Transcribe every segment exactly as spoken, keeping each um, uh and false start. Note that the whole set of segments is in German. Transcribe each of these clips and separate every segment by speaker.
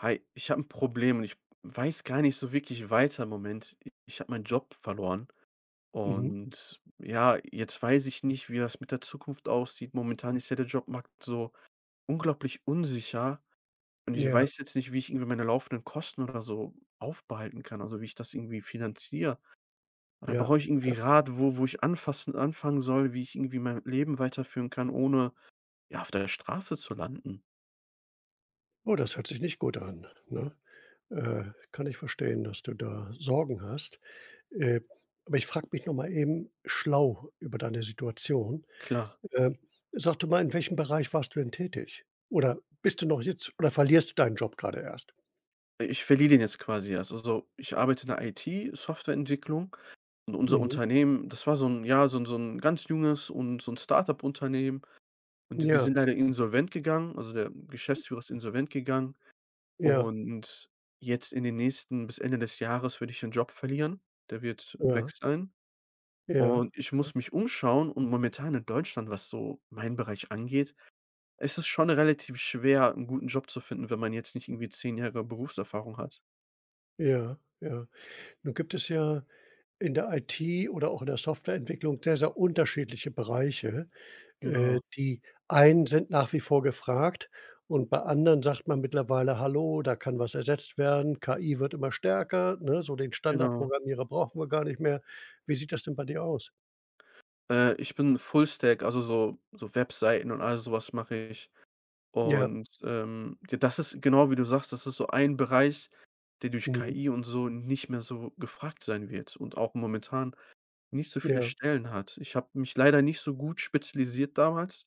Speaker 1: Hi, ich habe ein Problem und ich weiß gar nicht so wirklich weiter im Moment. ich habe meinen Job verloren
Speaker 2: Mhm.
Speaker 1: und ja, jetzt weiß ich nicht, wie das mit der Zukunft aussieht. Momentan ist ja der Jobmarkt so unglaublich unsicher und ich
Speaker 2: Ja,
Speaker 1: weiß jetzt nicht, wie ich irgendwie meine laufenden Kosten oder so aufbehalten kann, also, wie ich das irgendwie finanziere. Und dann
Speaker 2: ja,
Speaker 1: brauche ich
Speaker 2: ja.
Speaker 1: irgendwie Rat, wo wo ich anfassen anfangen soll, wie ich irgendwie mein Leben weiterführen kann, ohne, ja, auf der Straße zu landen.
Speaker 2: Oh, das hört sich nicht gut an, ne? Äh, Kann ich verstehen, dass du da Sorgen hast. Äh, aber ich frage mich noch mal eben schlau über deine Situation.
Speaker 1: Klar.
Speaker 2: Ähm, Sag du mal, in welchem Bereich warst du denn tätig? Oder bist du noch jetzt oder verlierst du deinen Job gerade erst?
Speaker 1: Ich verliere den jetzt quasi erst. Also, ich arbeite in der I T-Softwareentwicklung und unser
Speaker 2: Mhm.
Speaker 1: Unternehmen, das war so ein ja, so ein so ein ganz junges und so ein startup unternehmen und wir
Speaker 2: Ja,
Speaker 1: sind leider insolvent gegangen. Also, der Geschäftsführer ist insolvent gegangen
Speaker 2: ja,
Speaker 1: und jetzt in den nächsten bis Ende des Jahres werde ich den Job verlieren. Der wird weg
Speaker 2: ja,
Speaker 1: sein
Speaker 2: ja,
Speaker 1: und ich muss mich umschauen und momentan in Deutschland, was so meinen Bereich angeht, ist es schon relativ schwer, einen guten Job zu finden, wenn man jetzt nicht irgendwie zehn Jahre Berufserfahrung hat.
Speaker 2: ja, ja. Nun gibt es ja in der I T oder auch in der Softwareentwicklung sehr, sehr unterschiedliche Bereiche. Äh,
Speaker 1: Genau,
Speaker 2: die einen sind nach wie vor gefragt und bei anderen sagt man mittlerweile: „Hallo, da kann was ersetzt werden. K I wird immer stärker, ne? So den
Speaker 1: genau.
Speaker 2: Standardprogrammierer brauchen wir gar nicht mehr." Wie sieht das denn bei dir aus?
Speaker 1: Äh, ich bin Fullstack, also so so Webseiten und all sowas mache ich.
Speaker 2: Ja,
Speaker 1: Und, ähm, ja, das ist genau wie du sagst, das ist so ein Bereich, der durch
Speaker 2: mhm,
Speaker 1: K I und so nicht mehr so gefragt sein wird und auch momentan nicht so viele
Speaker 2: ja,
Speaker 1: Stellen hat. Ich habe mich leider nicht so gut spezialisiert damals.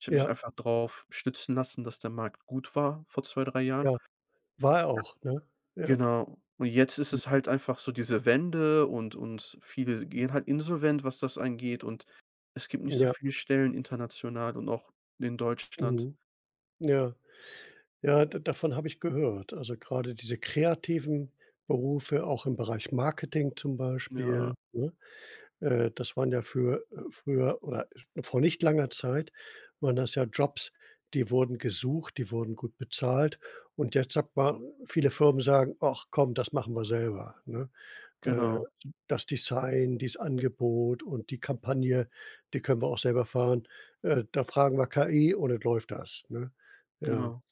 Speaker 1: Ich habe mich
Speaker 2: ja,
Speaker 1: einfach drauf stützen lassen, dass der Markt gut war vor zwei drei Jahren.
Speaker 2: ja, war er auch, ne? Ja,
Speaker 1: Genau. Und jetzt ist es
Speaker 2: mhm,
Speaker 1: halt einfach so diese Wende und und viele gehen halt insolvent, was das angeht und es gibt nicht so
Speaker 2: ja,
Speaker 1: viele Stellen international und auch in Deutschland.
Speaker 2: mhm, ja. Ja, da davon habe ich gehört. Also, gerade diese kreativen Berufe, auch im Bereich Marketing zum
Speaker 1: Ja,
Speaker 2: Beispiel, ne? Äh, das waren ja für äh, früher oder vor nicht langer Zeit waren das ja Jobs, die wurden gesucht, die wurden gut bezahlt. Und jetzt sagt man, viele Firmen sagen: „Ach komm, das machen wir selber", ne? Äh,
Speaker 1: genau,
Speaker 2: Das Design, dies Angebot und die Kampagne, die können wir auch selber fahren. Äh, da fragen wir K I und dann läuft das, ne? Ja.
Speaker 1: genau.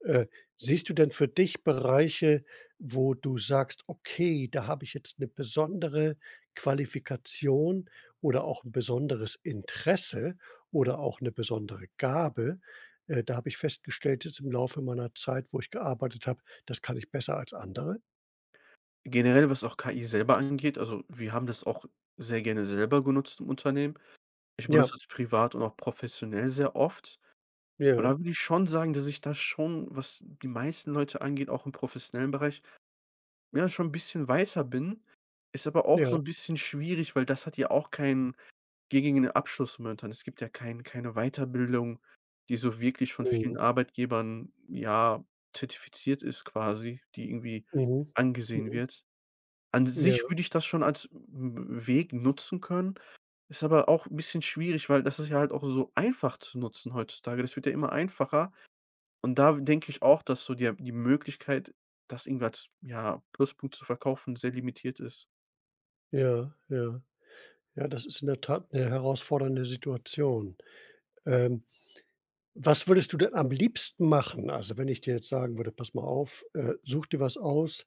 Speaker 2: Äh, Siehst du denn für dich Bereiche, wo du sagst: „Okay, da habe ich jetzt eine besondere Qualifikation oder auch ein besonderes Interesse oder auch eine besondere Gabe?" Äh, da habe ich festgestellt jetzt im Laufe meiner Zeit, wo ich gearbeitet habe, das kann ich besser als andere.
Speaker 1: Generell, was auch K I selber angeht, also, wir haben das auch sehr gerne selber genutzt im Unternehmen. Ich
Speaker 2: Ja,
Speaker 1: benutze es privat und auch professionell sehr oft. Und
Speaker 2: ja,
Speaker 1: da würde ich schon sagen, dass ich da schon, was die meisten Leute angeht, auch im professionellen Bereich ja, schon ein bisschen weiter bin, ist aber auch so
Speaker 2: ja.
Speaker 1: ein bisschen schwierig, weil das hat ja auch keinen gängigen Abschluss momentan. Es gibt ja kein keine Weiterbildung, die so wirklich von
Speaker 2: Mhm,
Speaker 1: vielen Arbeitgebern, ja, zertifiziert ist quasi, die irgendwie
Speaker 2: mhm,
Speaker 1: angesehen
Speaker 2: mhm.
Speaker 1: wird. An
Speaker 2: Ja,
Speaker 1: sich würde ich das schon als W Weg nutzen können, ist aber auch ein bisschen schwierig, weil das ist ja halt auch so einfach zu nutzen heutzutage. Das wird ja immer einfacher. Und da denke ich auch, dass so die die Möglichkeit, das irgendwie als, ja, Pluspunkt zu verkaufen, sehr limitiert ist.
Speaker 2: ja, ja. Ja, das ist in der Tat eine herausfordernde Situation. Ähm Was würdest du denn am liebsten machen? Also, wenn ich dir jetzt sagen würde: „Pass mal auf, äh, such dir was aus.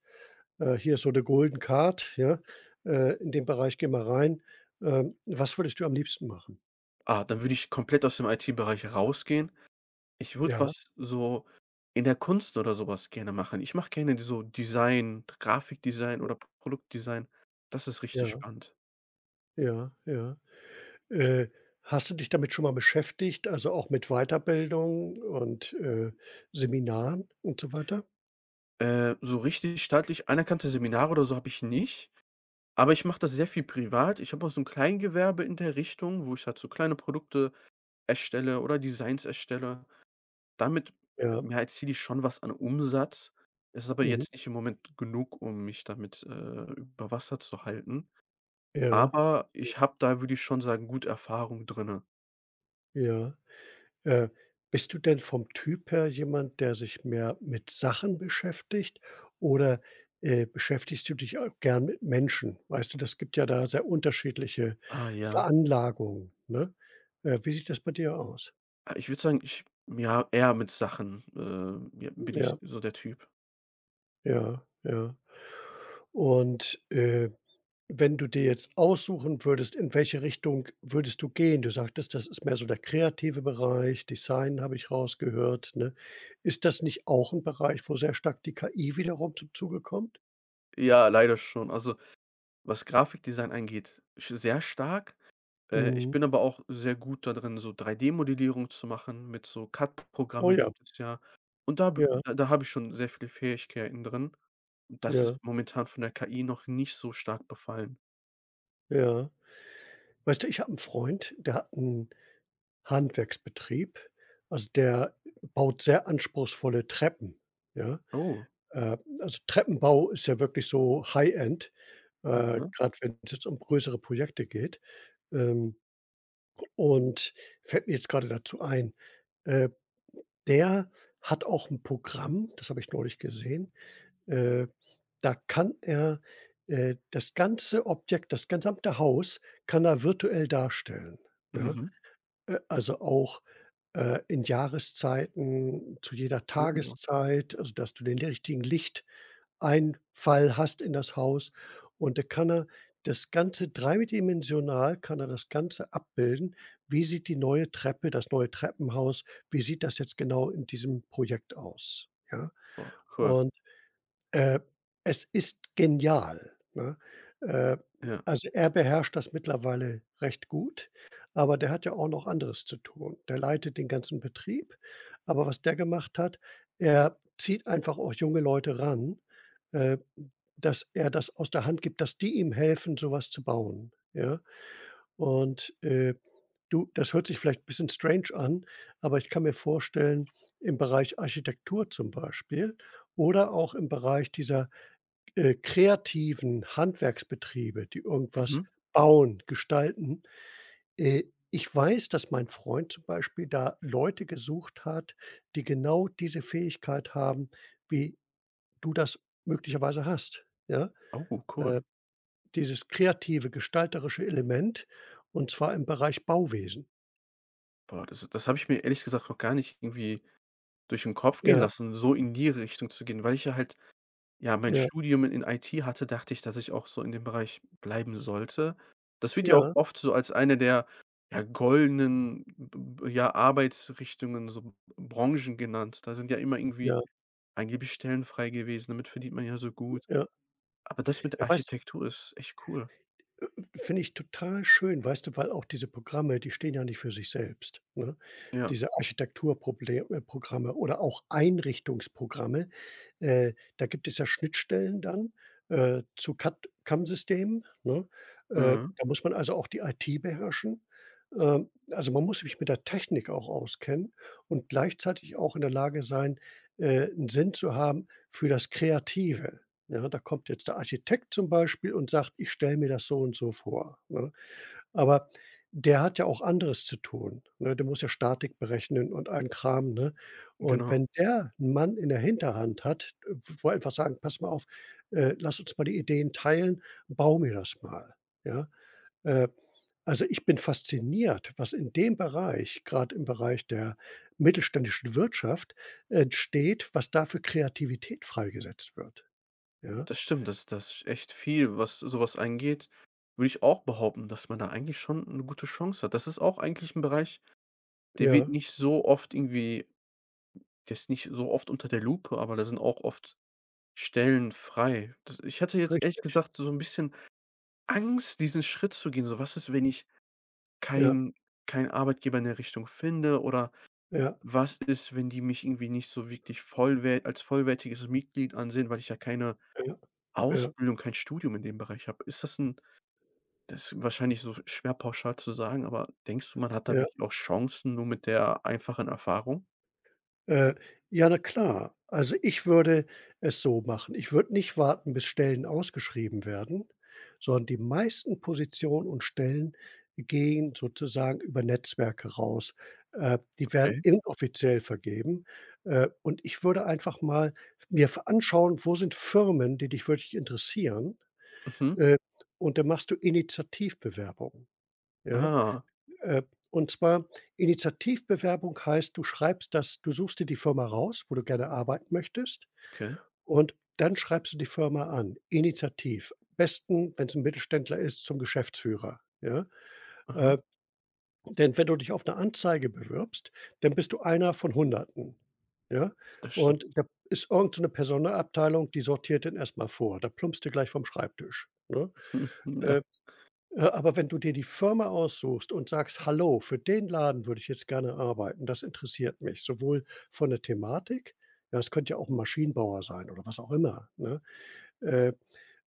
Speaker 2: Äh, hier ist so 'ne Golden Card, ja? Äh, in den Bereich geh mal rein." Ähm, was würdest du am liebsten machen?
Speaker 1: Ah, dann würde ich komplett aus dem I T-Bereich rausgehen. Ich würde
Speaker 2: Ja,
Speaker 1: was so in der Kunst oder sowas gerne machen. Ich mache gerne so Design, Grafikdesign oder Produktdesign. Das ist richtig
Speaker 2: ja,
Speaker 1: spannend.
Speaker 2: ja, ja. Äh, Hast du dich damit schon mal beschäftigt, also auch mit Weiterbildung und, äh, Seminaren und so weiter?
Speaker 1: Äh, so richtig staatlich anerkannte Seminare oder so habe ich nicht, aber ich mache das sehr viel privat. Ich habe auch so ein Kleingewerbe in der Richtung, wo ich halt so kleine Produkte erstelle oder Designs erstelle. Damit,
Speaker 2: Ja,
Speaker 1: äh, ja, erziele ich schon was an Umsatz. Es ist aber
Speaker 2: mhm,
Speaker 1: jetzt nicht im Moment genug, um mich damit, äh, über Wasser zu halten.
Speaker 2: ja, ja,
Speaker 1: Aber ich habe da, würde ich schon sagen, gut Erfahrung drinne.
Speaker 2: ja. Äh, Bist du denn vom Typ her jemand, der sich mehr mit Sachen beschäftigt oder, äh, beschäftigst du dich auch gern mit Menschen? Weißt du, das gibt ja da sehr unterschiedliche
Speaker 1: Ah, ja.
Speaker 2: Veranlagungen, ne? Äh, wie sieht das bei dir aus?
Speaker 1: Ah, ich würde sagen, ich ja, eher mit Sachen, äh, ja, bin ich
Speaker 2: Ja,
Speaker 1: so der Typ.
Speaker 2: ja, ja. Und, äh Wenn du dir jetzt aussuchen würdest, in welche Richtung würdest du gehen? Du sagtest, das ist mehr so der kreative Bereich, Design habe ich rausgehört, ne? Ist das nicht auch ein Bereich, wo sehr stark die K I wiederum zum Zuge kommt?
Speaker 1: Ja, leider schon. Also, was Grafikdesign angeht, sch sehr stark. Äh, ich
Speaker 2: Mhm.
Speaker 1: bin aber auch sehr gut da drin, so drei D-Modellierung zu machen. Mit so
Speaker 2: Oh
Speaker 1: C A D-Programme
Speaker 2: ja,
Speaker 1: gibt es ja. Und da b
Speaker 2: ja,
Speaker 1: da da habe ich schon sehr viele Fähigkeiten drin. Das ist
Speaker 2: ja,
Speaker 1: momentan von der K I noch nicht so stark befallen.
Speaker 2: ja. Weißt du, ich habe 'n Freund, der hat 'n Handwerksbetrieb. Also, der baut sehr anspruchsvolle Treppen, ja?
Speaker 1: Oh,
Speaker 2: Äh, also, Treppenbau ist ja wirklich so High-End, äh,
Speaker 1: mhm,
Speaker 2: grad wenn's jetzt um größere Projekte geht. Ähm Und fällt mir jetzt gerade dazu ein, äh, der hat auch 'n Programm, das habe ich neulich gesehen, äh, da kann er, äh, das ganze Objekt, das gesamte Haus kann er virtuell darstellen, ne?
Speaker 1: mhm,
Speaker 2: Äh, also auch, äh, in Jahreszeiten, zu jeder
Speaker 1: oh, ja.
Speaker 2: Tageszeit, also dass du den richtigen Licht Einfall hast in das Haus. Und da kann er das Ganze dreidimensional, kann er das Ganze abbilden. Wie sieht die neue Treppe, das neue Treppenhaus, wie sieht das jetzt genau in diesem Projekt aus, ja?
Speaker 1: Boah, cool.
Speaker 2: Und äh, es ist genial, ne? Äh,
Speaker 1: Ja,
Speaker 2: also, er beherrscht das mittlerweile recht gut, aber der hat ja auch noch anderes zu tun. Der leitet den ganzen Betrieb, aber was der gemacht hat, er zieht einfach auch junge Leute ran, äh, dass er das aus der Hand gibt, dass die ihm helfen, so was zu bauen, ja? Und, äh, du, das hört sich vielleicht bisschen strange an, aber ich kann mir vorstellen, im Bereich Architektur zum Beispiel oder auch im Bereich dieser äh, kreativen Handwerksbetriebe, die irgendwas
Speaker 1: mhm.
Speaker 2: bauen, gestalten. Äh, Ich weiß, dass mein Freund zum Beispiel da Leute gesucht hat, die genau diese Fähigkeit haben, wie du das möglicherweise hast, ja?
Speaker 1: Oh, cool.
Speaker 2: Äh, Dieses kreative, gestalterische Element und zwar im Bereich Bauwesen.
Speaker 1: Boah, das das habe ich mir ehrlich gesagt noch gar nicht irgendwie durch den Kopf gehen
Speaker 2: Ja,
Speaker 1: lassen, so in die Richtung zu gehen, weil ich ja halt ja, mein
Speaker 2: ja,
Speaker 1: Studium in I T hatte, dachte ich, dass ich auch so in dem Bereich bleiben sollte. Das wird ja auch
Speaker 2: ja,
Speaker 1: oft so als eine der, ja, goldenen, b b ja, Arbeitsrichtungen, so Branchen genannt. Da sind ja immer
Speaker 2: ja,
Speaker 1: irgendwie angeblich Stellen frei gewesen, damit verdient man ja so gut.
Speaker 2: ja.
Speaker 1: Aber das mit
Speaker 2: Ja,
Speaker 1: der
Speaker 2: weißt
Speaker 1: Architektur ist echt cool.
Speaker 2: finde ich total schön, weißt du, weil auch diese Programme, die stehen ja nicht für sich selbst, ne?
Speaker 1: Ja,
Speaker 2: Diese Architekturproble äh, Programme oder auch Einrichtungsprogramme, äh, da gibt es ja Schnittstellen dann, äh, zu C A D C A M-Systemen, ne? Äh,
Speaker 1: mhm,
Speaker 2: da muss man also auch die I T beherrschen. Ähm, also, man muss sich mit der Technik auch auskennen und gleichzeitig auch in der Lage sein, äh, 'n Sinn zu haben für das Kreative. Ja, da kommt jetzt der Architekt zum Beispiel und sagt: „Ich stelle mir das so und so vor", ne? Aber der hat ja auch anderes zu tun, ne? Der muss ja Statik berechnen und allen Kram, ne? Und
Speaker 1: genau.
Speaker 2: wenn der 'n Mann in der Hinterhand hat, äh, wo er einfach sagen: „Pass mal auf, äh, lass uns mal die Ideen teilen, bau mir das mal", ja? Äh, also, ich bin fasziniert, was in dem Bereich, gerade im Bereich der mittelständischen Wirtschaft, entsteht, was da für Kreativität freigesetzt wird, ja?
Speaker 1: Das stimmt, das das ist echt viel, was sowas angeht, würde ich auch behaupten, dass man da eigentlich schon 'ne gute Chance hat. Das ist auch eigentlich 'n Bereich, der wird
Speaker 2: Ja.
Speaker 1: nicht so oft irgendwie der ist nicht so oft unter der Lupe, aber da sind auch oft Stellen frei. Das Ich hatte jetzt ehrlich
Speaker 2: Richtig.
Speaker 1: gesagt so 'n bisschen Angst, diesen Schritt zu gehen. So: „Was ist, wenn ich
Speaker 2: Ja,
Speaker 1: keinen keinen Arbeitgeber in der Richtung finde oder
Speaker 2: ja,
Speaker 1: Was ist, wenn die mich irgendwie nicht so wirklich vollwert als vollwertiges Mitglied ansehen, weil ich ja keine
Speaker 2: ja, ja,
Speaker 1: Ausbildung, kein Studium in dem Bereich habe? Ist das ein, das ist wahrscheinlich so schwer pauschal zu sagen, aber denkst du, man hat da
Speaker 2: ja.
Speaker 1: wirklich auch Chancen nur mit der einfachen Erfahrung?“
Speaker 2: Äh, ja, na klar. Also, ich würde es so machen. Ich würde nicht warten, bis Stellen ausgeschrieben werden, sondern die meisten Positionen und Stellen gehen sozusagen über Netzwerke raus. Äh, die werden
Speaker 1: Okay.
Speaker 2: inoffiziell vergeben. Äh, und ich würde einfach mal mir anschauen, wo sind Firmen, die dich wirklich interessieren,
Speaker 1: Mhm.
Speaker 2: äh, und dann machst du Initiativbewerbungen, ja?
Speaker 1: Ah,
Speaker 2: Äh, und zwar Initiativbewerbung heißt, du schreibst das du suchst dir die Firma raus, wo du gerne arbeiten möchtest,
Speaker 1: okay.
Speaker 2: und dann schreibst du die Firma an, initiativ. Besten, wenn es ein Mittelständler ist, zum Geschäftsführer, ja?
Speaker 1: Aha,
Speaker 2: Äh, Denn wenn du dich auf 'ne Anzeige bewirbst, dann bist du einer von Hunderten, ja?
Speaker 1: das stimmt.
Speaker 2: Und da ist irgend so 'ne Personalabteilung, die sortiert den erst mal vor. Da plumpst du gleich vom Schreibtisch, ne?
Speaker 1: Ja,
Speaker 2: Äh äh, aber wenn du dir die Firma aussuchst und sagst: „Hallo, für den Laden würde ich jetzt gerne arbeiten, das interessiert mich." Sowohl von der Thematik, ja, es könnte ja auch 'n Maschinenbauer sein oder was auch immer, ne? Äh,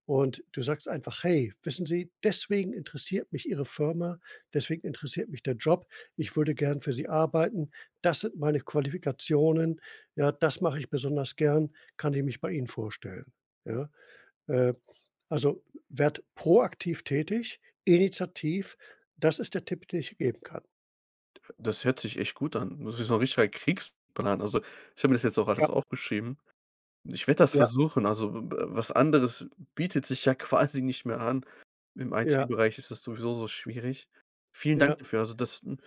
Speaker 2: und du sagst einfach: „Hey, wissen Sie, deswegen interessiert mich Ihre Firma, deswegen interessiert mich der Job. Ich würde gern für Sie arbeiten. Das sind meine Qualifikationen. Ja, das mache ich besonders gern. Kann ich mich bei Ihnen vorstellen?" Ja? Äh also, werd proaktiv tätig, initiativ, das ist der Tipp, den ich geben kann.
Speaker 1: das hört sich echt gut an. Das ist so 'n richtiger Kriegsplan. Also, ich habe mir das jetzt auch
Speaker 2: Ja,
Speaker 1: alles aufgeschrieben. Ich werde das
Speaker 2: ja,
Speaker 1: versuchen, also, w w was anderes bietet sich ja quasi nicht mehr an. Im
Speaker 2: ja,
Speaker 1: I T-Bereich ist das sowieso so schwierig. Vielen
Speaker 2: ja,
Speaker 1: Dank dafür. Also, das hm,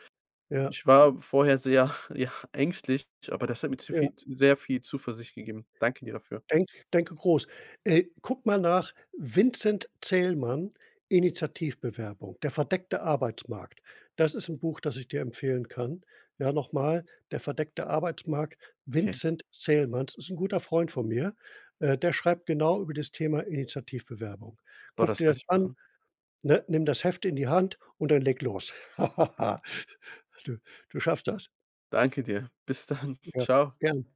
Speaker 2: ja,
Speaker 1: ich war vorher sehr, ja, ängstlich, aber das hat mir zu
Speaker 2: ja.
Speaker 1: viel sehr viel Zuversicht gegeben. Danke dir dafür.
Speaker 2: Denk denke groß. Äh, guck mal nach Vincent Zählmann, „Initiativbewerbung. Der verdeckte Arbeitsmarkt." Das ist ein Buch, das ich dir empfehlen kann. Ja, nochmal „Der verdeckte Arbeitsmarkt",
Speaker 1: Okay,
Speaker 2: Vincent Zählmann. Das ist ein guter Freund von mir. Äh, der schreibt genau über das Thema Initiativbewerbung.
Speaker 1: boah,
Speaker 2: Guck
Speaker 1: das
Speaker 2: dir
Speaker 1: werde
Speaker 2: das
Speaker 1: ich
Speaker 2: an.
Speaker 1: machen.
Speaker 2: Ne, nimm das Heft in die Hand und dann leg los. Du du schaffst das.
Speaker 1: Danke dir. Bis dann.
Speaker 2: Ja,
Speaker 1: Ciao.
Speaker 2: ja.